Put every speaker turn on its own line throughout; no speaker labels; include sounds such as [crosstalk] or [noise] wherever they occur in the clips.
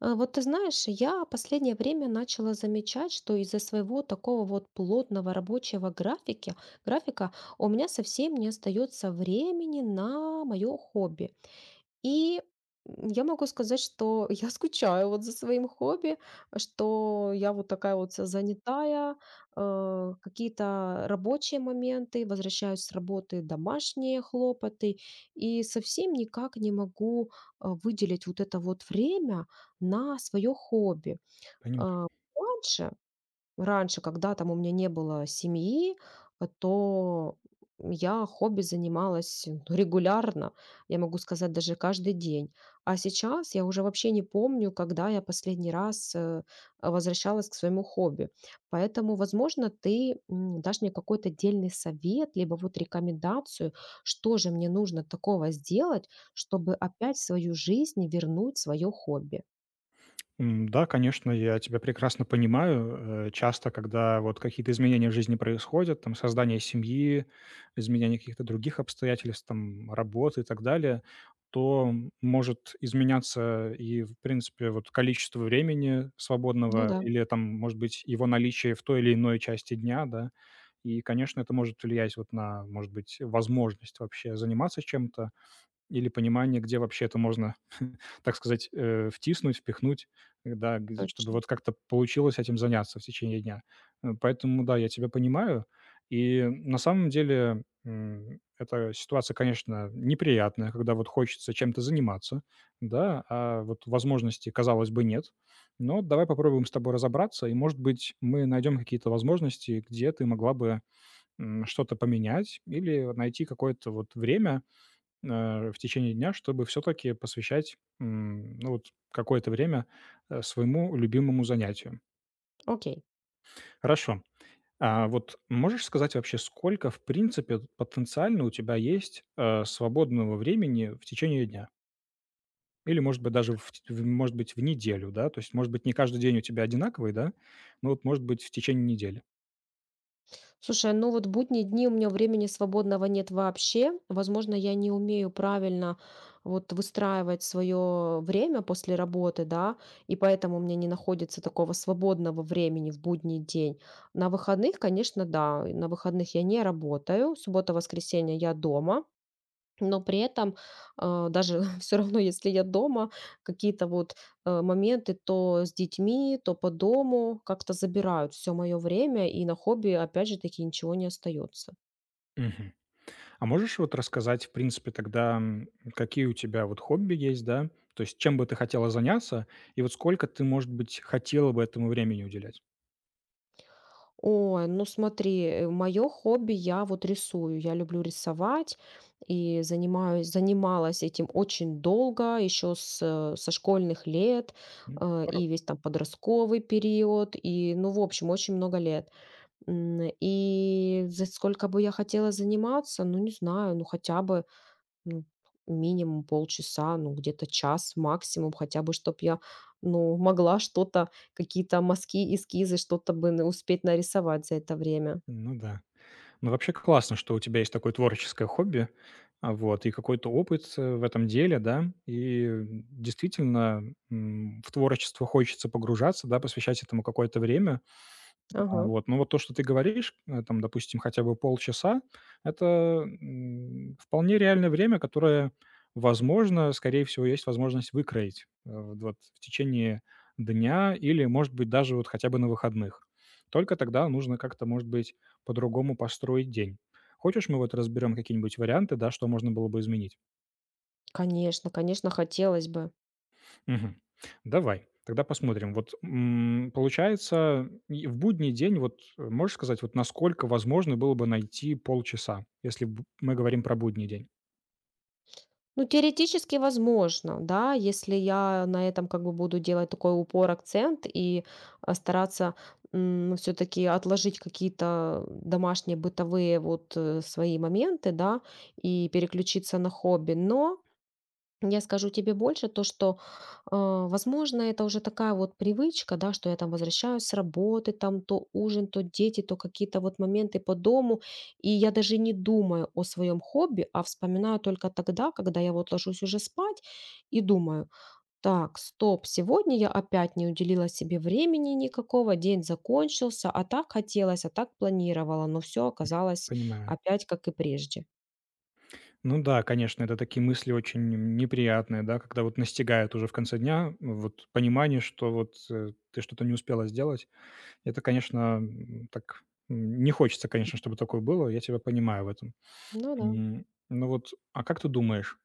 Вот ты знаешь, я последнее время начала замечать, что из-за своего такого вот плотного рабочего графика у меня совсем не остается времени на мое хобби. И я могу сказать, что [laughs] я скучаю вот за своим хобби, что я вот такая вот вся занятая, какие-то рабочие моменты, возвращаюсь с работы, домашние хлопоты, и совсем никак не могу, выделить вот это вот время на свое хобби.
Понимаю.
А, раньше Раньше, когда там у меня не было семьи, то я хобби занималась, ну, регулярно, я могу сказать, даже каждый день. А сейчас я уже вообще не помню, когда я последний раз возвращалась к своему хобби. Поэтому, возможно, ты дашь мне какой-то дельный совет, либо вот рекомендацию, что же мне нужно такого сделать, чтобы опять в свою жизнь вернуть свое хобби.
Да, конечно, я тебя прекрасно понимаю. Часто, когда вот какие-то изменения в жизни происходят, там, создание семьи, изменение каких-то других обстоятельств, там, работы и так далее, то может изменяться и, в принципе, вот количество времени
Ну
свободного
да,
или, там, может быть, его наличие в той или иной части дня, да, и, конечно, это может влиять вот на, может быть, возможность вообще заниматься чем-то, или понимание, где вообще это можно, [laughs] так сказать, втиснуть, впихнуть, да, г чтобы
точно.
вот как-то получилось этим заняться в течение дня. Поэтому да, я тебя понимаю. И на самом деле, эта ситуация, конечно, неприятная, когда вот хочется чем-то заниматься, да, а вот возможностей, казалось бы, нет. Но давай попробуем с тобой разобраться, и, может быть, мы найдем какие-то возможности, где ты могла бы, что-то поменять или найти какое-то вот время, в течение дня, чтобы все-таки посвящать, ну, вот какое-то время своему любимому занятию.
Окей.
Хорошо. А вот можешь сказать вообще, сколько, в принципе, потенциально у тебя есть свободного времени в течение дня? Или, может быть, даже, может быть, в неделю, да? То есть, может быть, не каждый день у тебя одинаковый, да? Но вот, может быть, в течение недели.
Слушай, ну вот будние дни у меня времени свободного нет вообще. Возможно, я не умею правильно вот выстраивать свое время после работы, да, и поэтому у меня не находится такого свободного времени в будний день. На выходных, конечно, да, и на выходных я не работаю. Суббота-воскресенье я дома. Но при этом, даже [laughs] все равно, если я дома, какие-то вот моменты то с детьми, то по дому как-то забирают все мое время, и на хобби, опять же таки, ничего не остается.
Мгм. А можешь вот рассказать, в принципе, тогда, какие у тебя вот хобби есть, да? То есть чем бы ты хотела заняться и вот сколько ты, может быть, хотела бы этому времени уделять?
Ой, ну смотри, мое хобби — я вот рисую. Я люблю рисовать и занимаюсь занималась этим очень долго, еще со школьных лет,
М, здорово.
и весь там подростковый период, и, ну, в общем, очень много лет. И за сколько бы я хотела заниматься, ну, не знаю, ну, хотя бы, ну, минимум полчаса, ну, где-то час максимум, хотя бы, чтобы я, ну, могла что-то, какие-то мазки, эскизы, что-то бы успеть нарисовать за это время.
Ну да. Ну, вообще классно, что у тебя есть такое творческое хобби, вот, и какой-то опыт, в этом деле, да. И, действительно, в творчество хочется погружаться, да, посвящать этому какое-то время.
Ага.
Вот. Ну, вот то, что ты говоришь, там, допустим, хотя бы полчаса — это, вполне реальное время, которое, возможно, скорее всего, есть возможность выкроить, вот в течение дня или, может быть, даже вот хотя бы на выходных. Только тогда нужно как-то, может быть, по-другому построить день. Хочешь, мы вот разберем какие-нибудь варианты, да, что можно было бы изменить?
Конечно, конечно, хотелось бы.
Мгм. Давай, тогда посмотрим. Вот, получается, и в будний день вот, можешь сказать, вот насколько возможно было бы найти полчаса, если б мы говорим про будний день?
Ну, теоретически возможно, да, если я на этом как бы буду делать такой упор, акцент и стараться все-таки отложить какие-то домашние бытовые вот свои моменты, да, и переключиться на хобби. Но я скажу тебе больше, то что, возможно, это уже такая вот привычка, да, что я там возвращаюсь с работы, там то ужин, то дети, то какие-то вот моменты по дому, и я даже не думаю о своем хобби, а вспоминаю только тогда, когда я вот ложусь уже спать и думаю, так, стоп, сегодня я опять не уделила себе времени никакого, день закончился, а так хотелось, а так планировала, но все оказалось
Понимаю.
опять как и прежде.
Ну да, конечно, это такие мысли очень неприятные, да, когда вот настигают уже в конце дня, вот понимание, что вот, ты что-то не успела сделать. Это, конечно, так, не хочется, конечно, чтобы такое было. Я тебя понимаю в этом.
Ну да,
Ну вот, а как ты думаешь,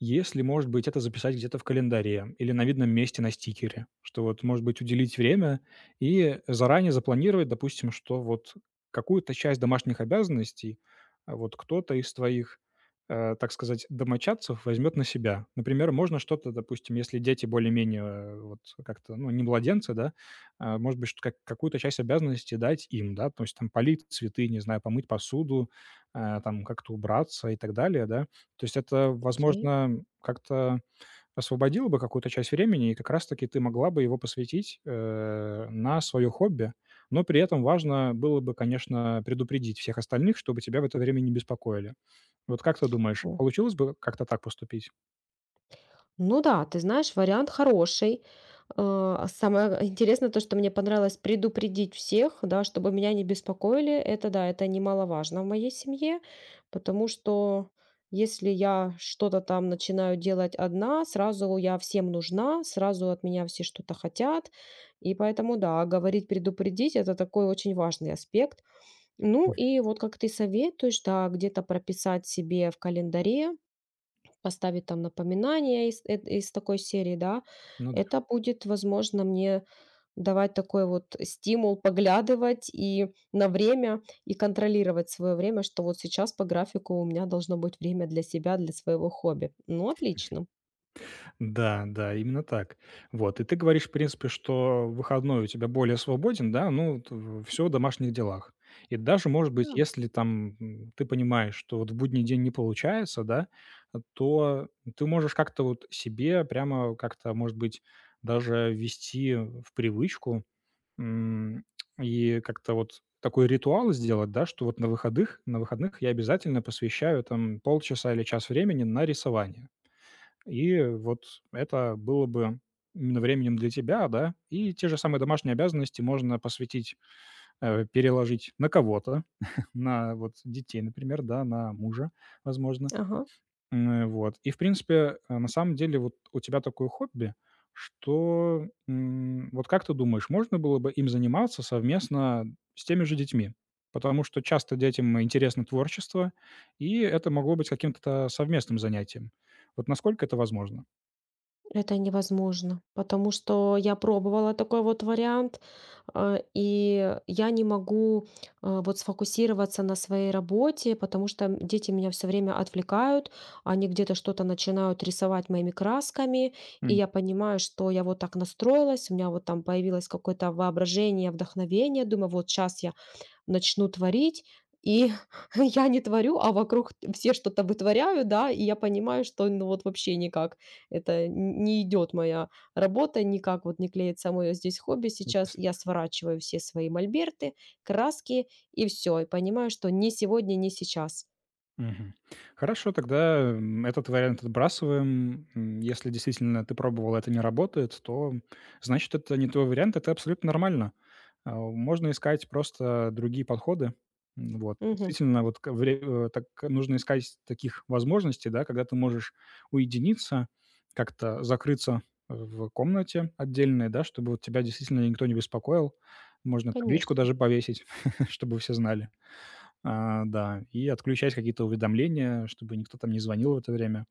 если, может быть, это записать где-то в календаре или на видном месте на стикере, что вот, может быть, уделить время и заранее запланировать, допустим, что вот какую-то часть домашних обязанностей, вот кто-то из твоих, так сказать, домочадцев возьмет на себя. Например, можно что-то, допустим, если дети более-менее, вот как-то, ну, не младенцы, да, а, может быть, что как какую-то часть обязанностей дать им, да, то есть там полить цветы, не знаю, помыть посуду, там как-то убраться и так далее, да. То есть это,
окей.
возможно, как-то освободило бы какую-то часть времени, и как раз-таки ты могла бы его посвятить, на свое хобби. Но при этом важно было бы, конечно, предупредить всех остальных, чтобы тебя в это время не беспокоили. Вот как ты думаешь, получилось бы как-то так поступить?
Ну да, ты знаешь, вариант хороший. Самое интересное то, что мне понравилось предупредить всех, да, чтобы меня не беспокоили. Это да, это немаловажно в моей семье, потому что если я что-то там начинаю делать одна, сразу я всем нужна, сразу от меня все что-то хотят. И поэтому, да, говорить, предупредить– это такой очень важный аспект. Ну и вот как ты советуешь, да, где-то прописать себе в календаре, поставить там напоминание из такой серии, да.
Ну
Это будет, возможно, мне давать такой вот стимул поглядывать и на время, и контролировать свое время, что вот сейчас по графику у меня должно быть время для себя, для своего хобби. Ну, отлично.
Да, да, именно так. Вот, и ты говоришь, в принципе, что выходной у тебя более свободен, да, ну, все в домашних делах. И даже, может быть,
Да.
если там ты понимаешь, что вот в будний день не получается, да, то ты можешь как-то вот себе прямо как-то, может быть, даже ввести в привычку м, и как-то вот такой ритуал сделать, да, что вот на выходных я обязательно посвящаю там полчаса или час времени на рисование. И вот это было бы именно временем для тебя, да. И те же самые домашние обязанности можно посвятить, переложить на кого-то, [laughs] на вот детей, например, да, на мужа, возможно.
Ага.
Вот. И, в принципе, на самом деле вот у тебя такое хобби, что, вот как ты думаешь, можно было бы им заниматься совместно с теми же детьми? Потому что часто детям интересно творчество, и это могло быть каким-то совместным занятием. Вот насколько это возможно?
Это невозможно, потому что я пробовала такой вот вариант, и я не могу вот сфокусироваться на своей работе, потому что дети меня все время отвлекают, они где-то что-то начинают рисовать моими красками, и я понимаю, что я вот так настроилась, у меня вот там появилось какое-то воображение, вдохновение, думаю, вот сейчас я начну творить, и [laughs] я не творю, а вокруг все что-то вытворяют, да, и я понимаю, что, ну, вот вообще никак это н не идет моя работа, никак вот не клеится моё здесь хобби сейчас.
Интересно.
Я сворачиваю все свои мольберты, краски и все и понимаю, что не сегодня, не сейчас.
Мгм. Хорошо, тогда, этот вариант отбрасываем. Если действительно ты пробовал, это не работает, то, значит, это не твой вариант, это абсолютно нормально. Можно искать просто другие подходы. Вот.
Мгм.
Действительно, вот так нужно искать таких возможностей, да, когда ты можешь уединиться, как-то закрыться в комнате отдельной, да, чтобы вот тебя действительно никто не беспокоил. Можно табличку
Конечно.
даже повесить, [laughs] чтобы все знали. Да, и отключать какие-то уведомления, чтобы никто там не звонил в это время.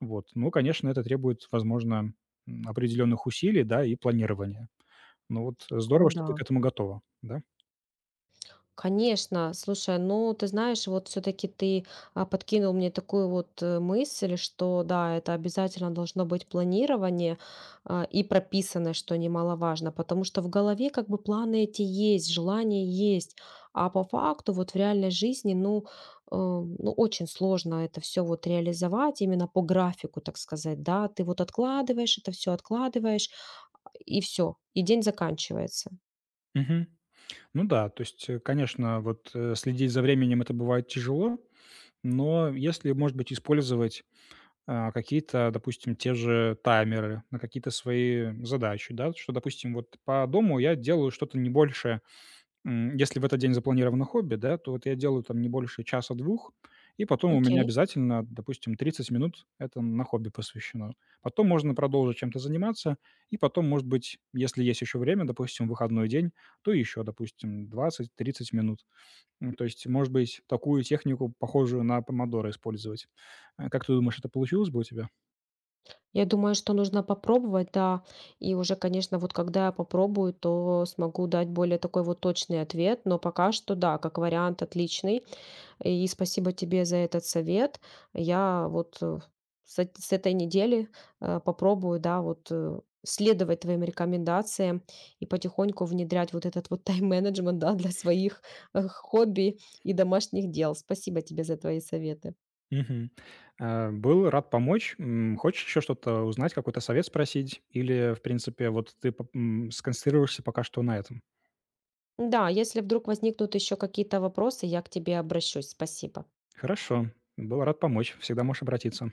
Вот. Ну, конечно, это требует, возможно, определенных усилий, да, и планирования. Но вот
О
здорово, что
да.
ты к этому готова, да?
Конечно, слушай, ну ты знаешь, вот все-таки ты подкинул мне такую вот мысль, что да, это обязательно должно быть планирование и прописанное, что немаловажно, потому что в голове как бы планы эти есть, желания есть, а по факту вот в реальной жизни, ну, ну очень сложно это все вот реализовать именно по графику, так сказать, да, ты вот откладываешь это все, откладываешь и все, и день заканчивается.
Мгм. Ну да, то есть, конечно, вот следить за временем это бывает тяжело, но если, может быть, использовать какие-то, допустим, те же таймеры на какие-то свои задачи, да, что, допустим, вот по дому я делаю что-то не больше. Если в этот день запланировано хобби, да, то вот я делаю там не больше часа-двух, и потом у меня
Окей.
обязательно, допустим, 30 минут — это на хобби посвящено. Потом можно продолжить чем-то заниматься, и потом, может быть, если есть еще время, допустим, в выходной день, то еще, допустим, 20-30 минут. То есть, может быть, такую технику, похожую на помодоро, использовать. Как ты думаешь, это получилось бы у тебя?
Я думаю, что нужно попробовать, да. И уже, конечно, вот когда я попробую, то смогу дать более такой вот точный ответ. Но пока что, да, как вариант отличный. И спасибо тебе за этот совет. Я вот с этой недели попробую, да, вот следовать твоим рекомендациям и потихоньку внедрять вот этот вот тайм-менеджмент, да, для своих хобби и домашних дел. Спасибо тебе за твои советы.
Мгм. Был рад помочь. Хочешь еще что-то узнать, какой-то совет спросить? Или, в принципе, вот ты сконцентрируешься пока что на этом?
Да, если вдруг возникнут еще какие-то вопросы, я к тебе обращусь. Спасибо.
Хорошо, был рад помочь. Всегда можешь обратиться.